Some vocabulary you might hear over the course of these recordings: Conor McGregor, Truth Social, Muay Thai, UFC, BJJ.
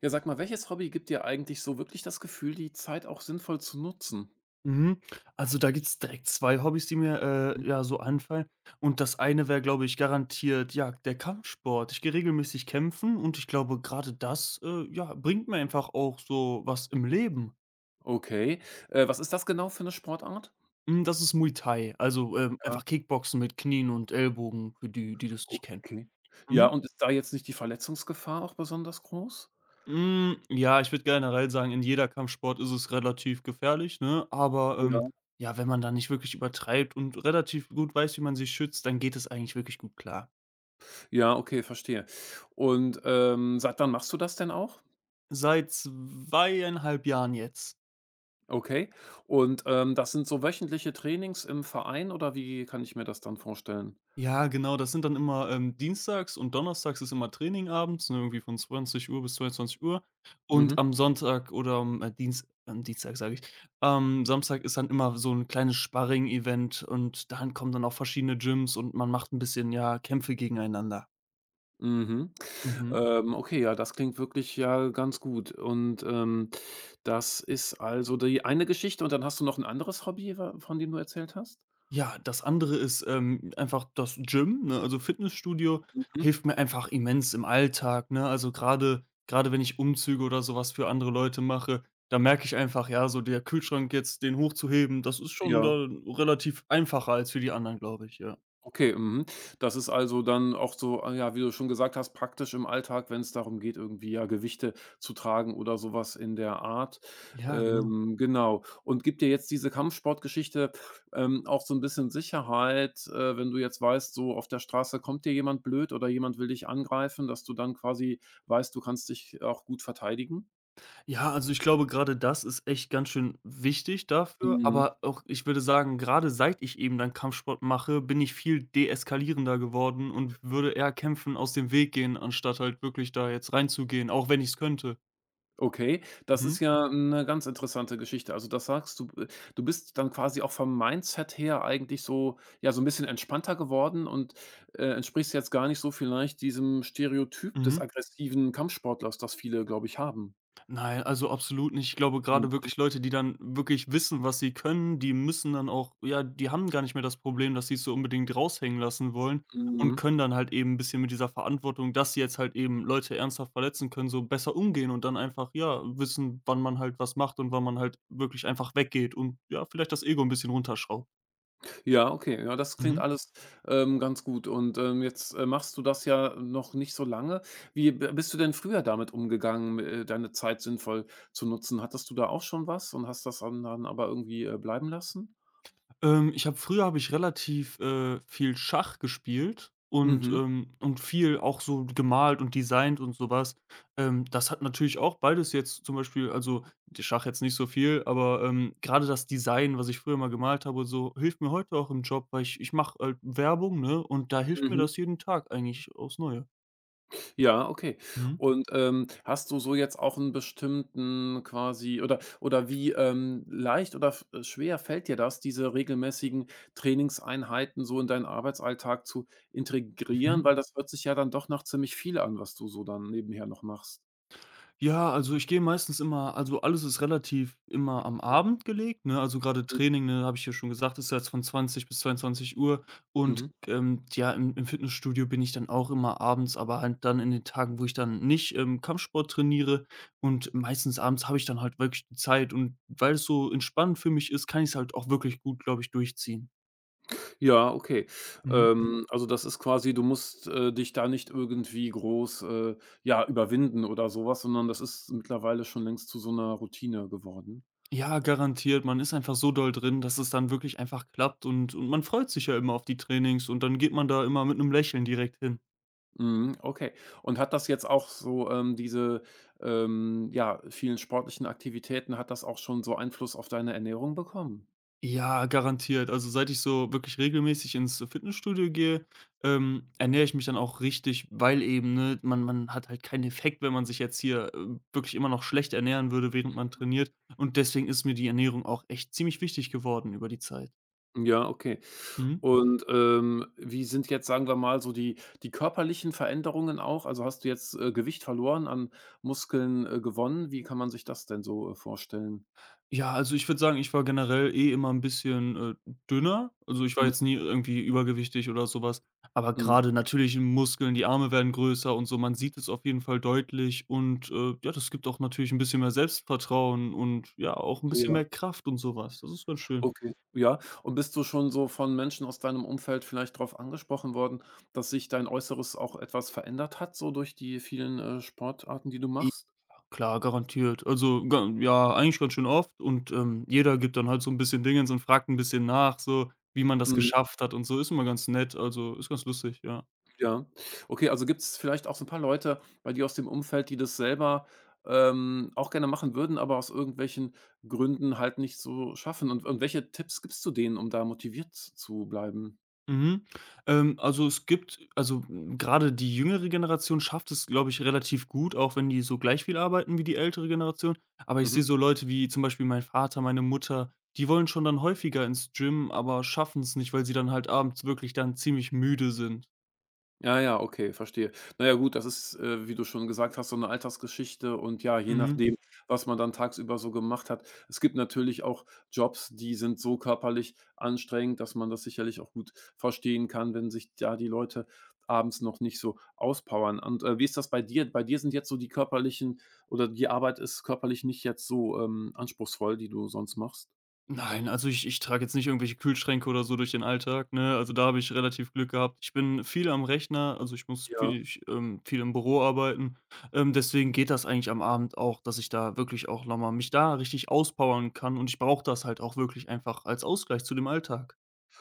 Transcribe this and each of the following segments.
Ja, sag mal, welches Hobby gibt dir eigentlich so wirklich das Gefühl, die Zeit auch sinnvoll zu nutzen? Mhm. Also, da gibt's direkt 2 Hobbys, die mir, Hm, ja, so anfallen. Und das eine wäre, glaube ich, garantiert, ja, der Kampfsport. Ich gehe regelmäßig kämpfen und ich glaube, gerade das, ja, bringt mir einfach auch so was im Leben. okay. Was ist das genau für eine Sportart? Hm, das ist Muay Thai, also, Ja, einfach Kickboxen mit Knien und Ellbogen für die, die das nicht kennen. okay. Ja, Mhm. und ist da jetzt nicht die Verletzungsgefahr auch besonders groß? Hm, ja, ich würde generell sagen, in jeder Kampfsport ist es relativ gefährlich, ne? Aber, Ja. ja, wenn man da nicht wirklich übertreibt und relativ gut weiß, wie man sich schützt, dann geht es eigentlich wirklich gut klar. Ja, okay, verstehe. Und, seit wann machst du das denn auch? Seit 2,5 Jahren jetzt. Okay. Und, das sind so wöchentliche Trainings im Verein oder wie kann ich mir das dann vorstellen? Ja, genau, das sind dann immer, dienstags und donnerstags ist immer Training abends, ne, irgendwie von 20 Uhr bis 22 Uhr. Und Mhm. am Sonntag oder am, Dienst am Dienstag sage ich, am Samstag ist dann immer so ein kleines Sparring-Event und dann kommen dann auch verschiedene Gyms und man macht ein bisschen, ja, Kämpfe gegeneinander. Mhm. Mhm. Okay, ja, das klingt wirklich ja ganz gut. Und, das ist also die eine Geschichte und dann hast du noch ein anderes Hobby, wa von dem du erzählt hast? Ja, das andere ist, einfach das Gym, ne? Also, Fitnessstudio Mhm. hilft mir einfach immens im Alltag, ne? Also, gerade wenn ich Umzüge oder sowas für andere Leute mache, da merke ich einfach, ja, so der Kühlschrank jetzt, den hochzuheben, das ist schon Ja. da relativ einfacher als für die anderen, glaube ich, ja. Okay, mhm. Das ist also dann auch so, ah ja, wie du schon gesagt hast, praktisch im Alltag, wenn es darum geht, irgendwie, ja, Gewichte zu tragen oder sowas in der Art. Ja, genau. Genau. Und gibt dir jetzt diese Kampfsportgeschichte, auch so ein bisschen Sicherheit, wenn du jetzt weißt, so auf der Straße kommt dir jemand blöd oder jemand will dich angreifen, dass du dann quasi weißt, du kannst dich auch gut verteidigen? Ja, also ich glaube, gerade das ist echt ganz schön wichtig dafür, Mhm. Mhm. aber auch ich würde sagen, gerade seit ich eben dann Kampfsport mache, bin ich viel deeskalierender geworden und würde eher Kämpfen aus dem Weg gehen, anstatt halt wirklich da jetzt reinzugehen, auch wenn ich es könnte. Okay, das Mhm, ist ja eine ganz interessante Geschichte. Also, das sagst du bist dann quasi auch vom Mindset her eigentlich so ja, so ein bisschen entspannter geworden und, entsprichst jetzt gar nicht so vielleicht diesem Stereotyp des mhm. aggressiven Kampfsportlers, das viele, glaube ich, haben. Nein, also absolut nicht. Ich glaube, gerade Mhm, wirklich Leute, die dann wirklich wissen, was sie können, die müssen dann auch ja, die haben gar nicht mehr das Problem, dass sie es so unbedingt raushängen lassen wollen mhm. und können dann halt eben 'n bisschen mit dieser Verantwortung, dass sie jetzt halt eben Leute ernsthaft verletzen können, so besser umgehen und dann einfach, ja, wissen, wann man halt was macht und wann man halt wirklich einfach weggeht und, ja, vielleicht das Ego ein bisschen runterschraubt. Ja, okay, ja, das klingt Mhm. alles, ganz gut und, jetzt, machst du das ja noch nicht so lange. Wie b bist du denn früher damit umgegangen, deine Zeit sinnvoll zu nutzen? Hattest du da auch schon was und hast das dann aber irgendwie, bleiben lassen? Ich habe früher habe ich relativ, viel Schach gespielt und, Mhm, und viel auch so gemalt und designt und sowas. Das hat natürlich auch beides jetzt zum Beispiel also, der Schach jetzt nicht so viel, aber, grade das Design, was ich früher mal gemalt habe und so, hilft mir heute auch im Job, weil ich mache halt Werbung, ne, und da hilft mir mhm. das jeden Tag eigentlich aufs Neue. Ja, okay. Mhm. Und, hast du so jetzt auch einen bestimmten quasi oder wie, leicht oder f schwer fällt dir das, diese regelmäßigen Trainingseinheiten so in deinen Arbeitsalltag zu integrieren? Weil das hört sich ja dann doch nach ziemlich viel an, was du so dann nebenher noch machst. Ja, also ich gehe meistens immer also alles ist relativ immer am Abend gelegt, ne? Also gerade Training, ne, habe ich ja schon gesagt, ist ja jetzt von 20 bis 22 Uhr. Mhm. Und ja, im Fitnessstudio bin ich dann auch immer abends, aber halt dann in den Tagen, wo ich dann nicht, Kampfsport trainiere und meistens abends habe ich dann halt wirklich die Zeit und weil es so entspannend für mich ist, kann ich es halt auch wirklich gut, glaube ich, durchziehen. Ja, okay. Mhm. Also, das ist quasi du musst, dich da nicht irgendwie groß, ja, überwinden oder sowas, sondern das ist mittlerweile schon längst zu so einer Routine geworden? Ja, garantiert. Man ist einfach so doll drin, dass es dann wirklich einfach klappt und man freut sich ja immer auf die Trainings und dann geht man da immer mit 'nem Lächeln direkt hin. Mhm, okay. Und hat das jetzt auch so, diese, ja, vielen sportlichen Aktivitäten hat das auch schon so Einfluss auf deine Ernährung bekommen? Ja, garantiert. Also, seit ich so wirklich regelmäßig ins Fitnessstudio gehe, ernähre ich mich dann auch richtig, weil eben, ne, man hat halt keinen Effekt, wenn man sich jetzt hier, wirklich immer noch schlecht ernähren würde, während man trainiert. Und deswegen ist mir die Ernährung auch echt ziemlich wichtig geworden über die Zeit. Ja, okay. Mhm. Und, wie sind jetzt, sagen wir mal, so die körperlichen Veränderungen auch? Also, hast du jetzt, Gewicht verloren, an Muskeln, gewonnen? Wie kann man sich das denn so, vorstellen? Ja, also ich würde sagen, ich war generell eh immer ein bisschen, dünner. Also, ich war Mhm, jetzt nie irgendwie übergewichtig oder sowas. Aber mhm, gerade natürlich in Muskeln, die Arme werden größer und so, man sieht es auf jeden Fall deutlich und, ja, das gibt auch natürlich ein bisschen mehr Selbstvertrauen und ja, auch ein bisschen ja. mehr Kraft und sowas. Das ist ganz schön. Okay, ja. Und bist du schon so von Menschen aus deinem Umfeld vielleicht darauf angesprochen worden, dass sich dein Äußeres auch etwas verändert hat, so durch die vielen, Sportarten, die du Ja, machst? klar, garantiert. Also, ga ja, eigentlich ganz schön oft und, jeder gibt dann halt so ein bisschen Dingens und fragt ein bisschen nach, so wie man das Mhm, geschafft hat und so. Ist immer ganz nett, also ist ganz lustig, ja. ja. Okay, also gibt es vielleicht auch so ein paar Leute bei dir aus dem Umfeld, die das selber, auch gerne machen würden, aber aus irgendwelchen Gründen halt nicht so schaffen. Und welche Tipps gibst du denen, um da motiviert zu bleiben? Mhm. Also, es gibt also, gerade die jüngere Generation schafft es, glaube ich, relativ gut, auch wenn die so gleich viel arbeiten wie die ältere Generation. Aber ich Mhm. sehe so Leute wie zum Beispiel mein Vater, meine Mutter, die wollen schon dann häufiger ins Gym, aber schaffen es nicht, weil sie dann halt abends wirklich dann ziemlich müde sind. Ja, ja, okay, verstehe. Na ja, gut, das ist, wie du schon gesagt hast, so eine Altersgeschichte und ja, je Mhm. nachdem, was man dann tagsüber so gemacht hat. Es gibt natürlich auch Jobs, die sind so körperlich anstrengend, dass man das sicherlich auch gut verstehen kann, wenn sich da die Leute abends noch nicht so auspowern. Und, wie ist das bei dir? Bei dir sind jetzt so die körperlichen oder die Arbeit ist körperlich nicht jetzt so, anspruchsvoll, die du sonst machst? Nein, also ich trage jetzt nicht irgendwelche Kühlschränke oder so durch den Alltag, ne? Also, da habe ich relativ Glück gehabt. Ich bin viel am Rechner, also ich muss Ja. viel im Büro arbeiten. Deswegen geht das eigentlich am Abend auch, dass ich da wirklich auch noch mal mich da richtig auspowern kann und ich brauche das halt auch wirklich einfach als Ausgleich zu dem Alltag.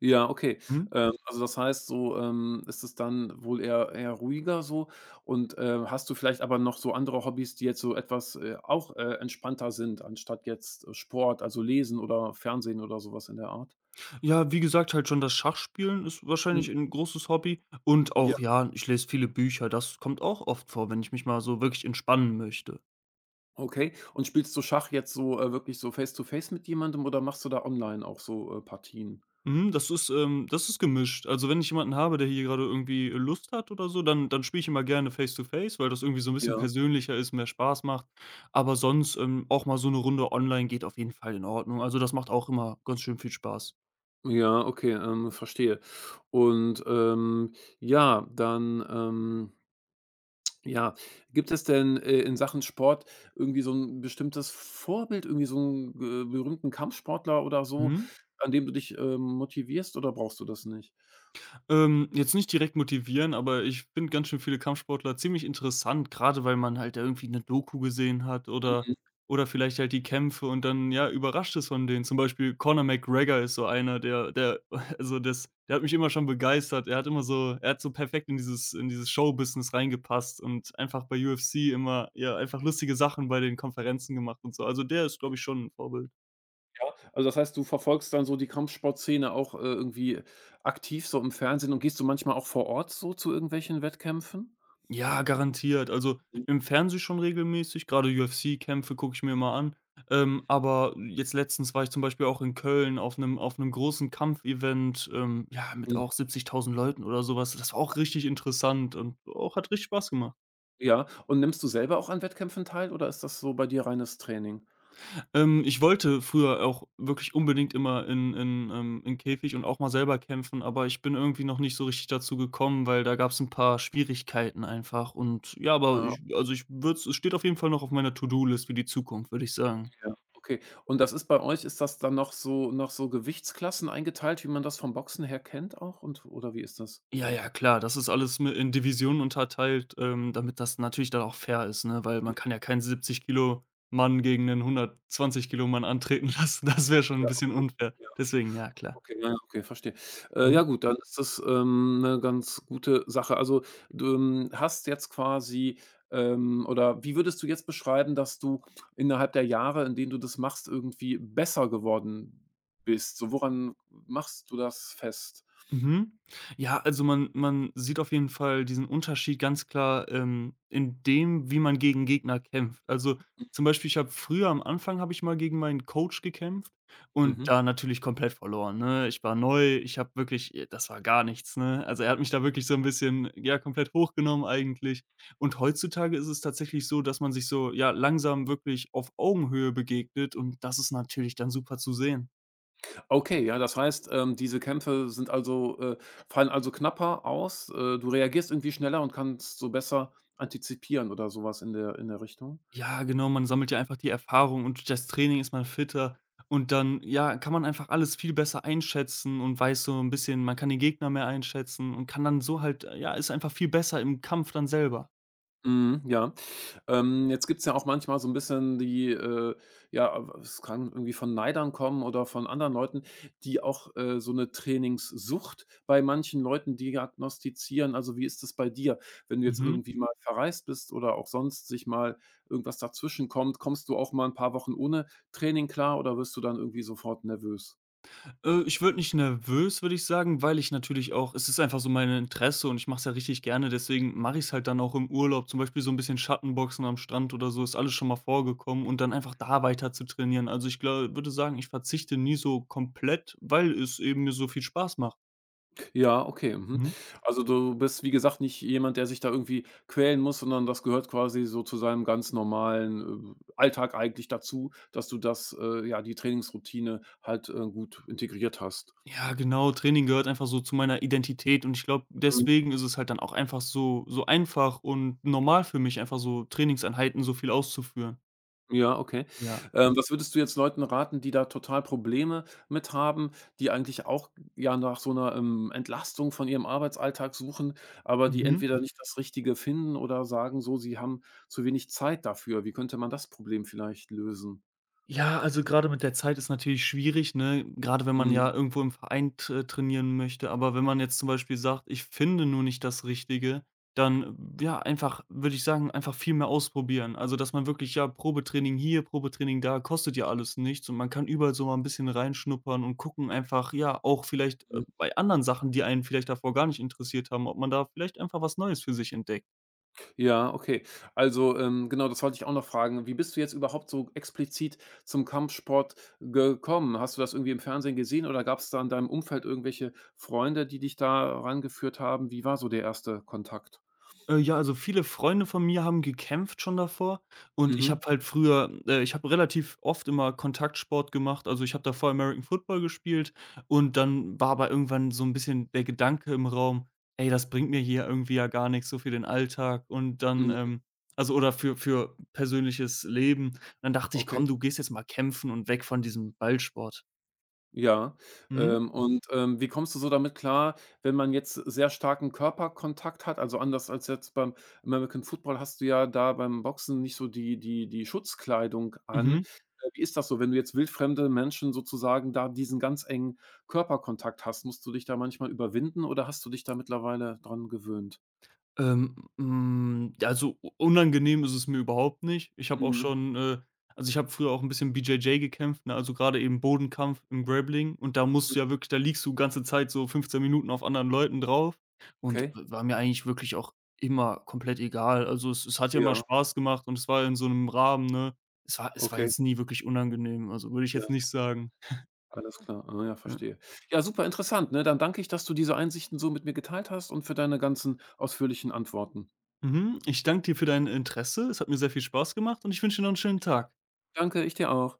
Ja, okay. Mhm. Also das heißt, so, ist es dann wohl eher ruhiger so und, hast du vielleicht aber noch so andere Hobbys, die jetzt so etwas, auch, entspannter sind, anstatt jetzt Sport, also Lesen oder Fernsehen oder sowas in der Art? Ja, wie gesagt, halt schon das Schachspielen ist Hm, wahrscheinlich ein großes Hobby und ja, auch, ja, ich lese viele Bücher. Das kommt auch oft vor, wenn ich mich mal so wirklich entspannen möchte. okay. Und spielst du Schach jetzt so, wirklich so face to face mit jemandem oder machst du da online auch so, Partien? Mhm, das ist gemischt. Also, wenn ich jemanden habe, der hier gerade irgendwie Lust hat oder so, dann spiele ich immer gerne Face to Face, weil das irgendwie so ein bisschen Ja. persönlicher ist, mehr Spaß macht. Aber sonst, auch mal so eine Runde online geht auf jeden Fall in Ordnung. Also, das macht auch immer ganz schön viel Spaß. Ja, okay, verstehe. Und, ähm, ja, dann, ähm Ja, gibt es denn, in Sachen Sport irgendwie so ein bestimmtes Vorbild, irgendwie so einen berühmten Kampfsportler oder so, Mhm. an dem du dich, motivierst oder brauchst du das nicht? Jetzt nicht direkt motivieren, aber ich finde ganz schön viele Kampfsportler ziemlich interessant, gerade weil man halt da irgendwie eine Doku gesehen hat oder vielleicht halt die Kämpfe und dann, ja, überrascht ist von denen. Zum Beispiel Conor McGregor ist so einer, der also, das der hat mich immer schon begeistert. Er hat immer so, er hat so perfekt in dieses Showbusiness reingepasst und einfach bei UFC immer, ja, einfach lustige Sachen bei den Konferenzen gemacht und so. Also, der ist, glaube ich, schon ein Vorbild. Also, das heißt, du verfolgst dann so die Kampfsportszene auch, irgendwie aktiv so im Fernsehen und gehst du manchmal auch vor Ort so zu irgendwelchen Wettkämpfen? Ja, garantiert. Also, im Fernsehen schon regelmäßig, grade UFC-Kämpfe gucke ich mir immer an. Aber jetzt letztens war ich zum Beispiel auch in Köln auf 'nem großen Kampfevent, ja, mit Mhm. auch 70.000 Leuten oder sowas. Das war auch richtig interessant und auch hat richtig Spaß gemacht. Ja, und nimmst du selber auch an Wettkämpfen teil oder ist das so bei dir reines Training? Ich wollte früher auch wirklich unbedingt immer in Käfig und auch mal selber kämpfen, aber ich bin irgendwie noch nicht so richtig dazu gekommen, weil da gab es ein paar Schwierigkeiten einfach und ja, aber ich also, ich würde es steht auf jeden Fall noch auf meiner To-do-List für die Zukunft, würde ich sagen. Ja, okay. Und das ist bei euch ist das dann noch so nach so Gewichtsklassen eingeteilt, wie man das vom Boxen her kennt auch und oder wie ist das? Ja, ja, klar, das ist alles mi in Divisionen unterteilt, damit das natürlich dann auch fair ist, ne, weil Hm, man kann ja keinen 70 Kilo Mann gegen einen 120 Kilo Mann antreten lassen. Das wäre schon ein ja, bisschen okay. unfair. Ja, Deswegen, ja, klar. okay, ja, ja, okay, verstehe. Ja Mhm. gut, dann ist das, 'ne ganz gute Sache. Also, du, hast jetzt quasi, oder wie würdest du jetzt beschreiben, dass du innerhalb der Jahre, in denen du das machst, irgendwie besser geworden bist? So, woran machst du das fest? Mhm. Ja, also man sieht auf jeden Fall diesen Unterschied ganz klar, in dem, wie man gegen Gegner kämpft. Also, zum Beispiel, ich habe früher am Anfang habe ich mal gegen meinen Coach gekämpft und Mhm. da natürlich komplett verloren, ne? Ich war neu, ich habe wirklich das war gar nichts, ne? Also, er hat mich da wirklich so ein bisschen, ja, komplett hochgenommen eigentlich. Und heutzutage ist es tatsächlich so, dass man sich so, ja, langsam wirklich auf Augenhöhe begegnet und das ist natürlich dann super zu sehen. Okay, ja, das heißt, diese Kämpfe sind also fallen also knapper aus. Du reagierst irgendwie schneller und kannst so besser antizipieren oder sowas in der Richtung? Ja, genau, man sammelt ja einfach die Erfahrung und durch das Training ist man fitter und dann, ja, kann man einfach alles viel besser einschätzen und weiß so ein bisschen man kann den Gegner mehr einschätzen und kann dann so halt ja, ist einfach viel besser im Kampf dann selber. Mhm, ja. Jetzt gibt es ja auch manchmal so ein bisschen die, ja, es kann irgendwie von Neidern kommen oder von anderen Leuten, die auch, so eine Trainingssucht bei manchen Leuten diagnostizieren. Also, wie ist das bei dir? Wenn du jetzt Mhm. irgendwie mal verreist bist oder auch sonst sich mal irgendwas dazwischen kommt, kommst du auch mal ein paar Wochen ohne Training klar oder wirst du dann irgendwie sofort nervös? Ich würde nicht nervös, würde ich sagen, weil ich natürlich auch es ist einfach so mein Interesse und ich mache es ja richtig gerne, deswegen mache ich's halt dann auch im Urlaub, zum Beispiel so ein bisschen Schattenboxen am Strand oder so, ist alles schon mal vorgekommen und dann einfach da weiter zu trainieren. Also, ich gla würde sagen, ich verzichte nie so komplett, weil es eben mir so viel Spaß macht. Ja, okay, mhm. Mhm. Also, du bist, wie gesagt, nicht jemand, der sich da irgendwie quälen muss, sondern das gehört quasi so zu seinem ganz normalen, Alltag eigentlich dazu, dass du das ja, die Trainingsroutine halt, gut integriert hast. Ja, genau, Training gehört einfach so zu meiner Identität und ich glaube, Mhm. deswegen ist es halt dann auch einfach so einfach und normal für mich, einfach so Trainingseinheiten so viel auszuführen. Ja, okay. Ja. Was würdest du jetzt Leuten raten, die da total Probleme mit haben, die eigentlich auch, ja, nach so einer Entlastung von ihrem Arbeitsalltag suchen, aber die Mhm. entweder nicht das Richtige finden oder sagen so, sie haben zu wenig Zeit dafür. Wie könnte man das Problem vielleicht lösen? Ja, also gerade mit der Zeit ist natürlich schwierig, ne? Gerade wenn man Mhm, ja irgendwo im Verein t trainieren möchte. Aber wenn man jetzt zum Beispiel sagt: „Ich finde nur nicht das Richtige“, dann, ja, einfach würde ich sagen, einfach viel mehr ausprobieren. Also, dass man wirklich, ja, Probetraining hier, Probetraining da, kostet ja alles nichts und man kann überall so mal ein bisschen reinschnuppern und gucken einfach, ja, auch vielleicht, mhm. Bei anderen Sachen, die einen vielleicht davor gar nicht interessiert haben, ob man da vielleicht einfach was Neues für sich entdeckt. Ja, okay. Also, genau, das wollte ich auch noch fragen. Wie bist du jetzt überhaupt so explizit zum Kampfsport gekommen? Hast du das irgendwie im Fernsehen gesehen oder gab es da in deinem Umfeld irgendwelche Freunde, die dich da rangeführt haben? Wie war so der erste Kontakt? Ja, also viele Freunde von mir haben gekämpft schon davor und ich habe Mhm, halt früher ich habe relativ oft immer Kontaktsport gemacht. Also, ich habe davor American Football gespielt und dann war aber irgendwann so ein bisschen der Gedanke im Raum: „Ey, das bringt mir hier irgendwie ja gar nichts so für den Alltag und dann, mhm, also, oder für persönliches Leben. Dann dachte ich: okay. „Komm, du gehst jetzt mal kämpfen und weg von diesem Ballsport.“ Ja, Mhm, und, wie kommst du so damit klar, wenn man jetzt sehr starken Körperkontakt hat? Also, anders als jetzt beim American Football hast du ja da beim Boxen nicht so die Schutzkleidung an. mhm. Wie ist das so, wenn du jetzt wildfremde Menschen sozusagen da diesen ganz engen Körperkontakt hast? Musst du dich da manchmal überwinden oder hast du dich da mittlerweile dran gewöhnt? Hm, also u unangenehm ist es mir überhaupt nicht. Ich habe auch Mhm, schon, also, ich habe früher auch ein bisschen BJJ gekämpft, ne, also, gerade eben Bodenkampf im Grappling und da mhm, musst du ja wirklich da liegst du ganze Zeit so 15 Minuten auf anderen Leuten drauf und okay. war mir eigentlich wirklich auch immer komplett egal. Also, es hat ja immer Ja, Spaß gemacht und es war in so einem Rahmen, ne? Es war okay, jetzt nie wirklich unangenehm, also, würde ich jetzt ja. nicht sagen. Alles klar. Ah ja, Ja. verstehe. Ja, super interessant, ne? Dann danke ich, dass du diese Einsichten so mit mir geteilt hast und für deine ganzen ausführlichen Antworten. Mhm, ich danke dir für dein Interesse. Es hat mir sehr viel Spaß gemacht und ich wünsche dir noch 'n schönen Tag. Danke, ich dir auch.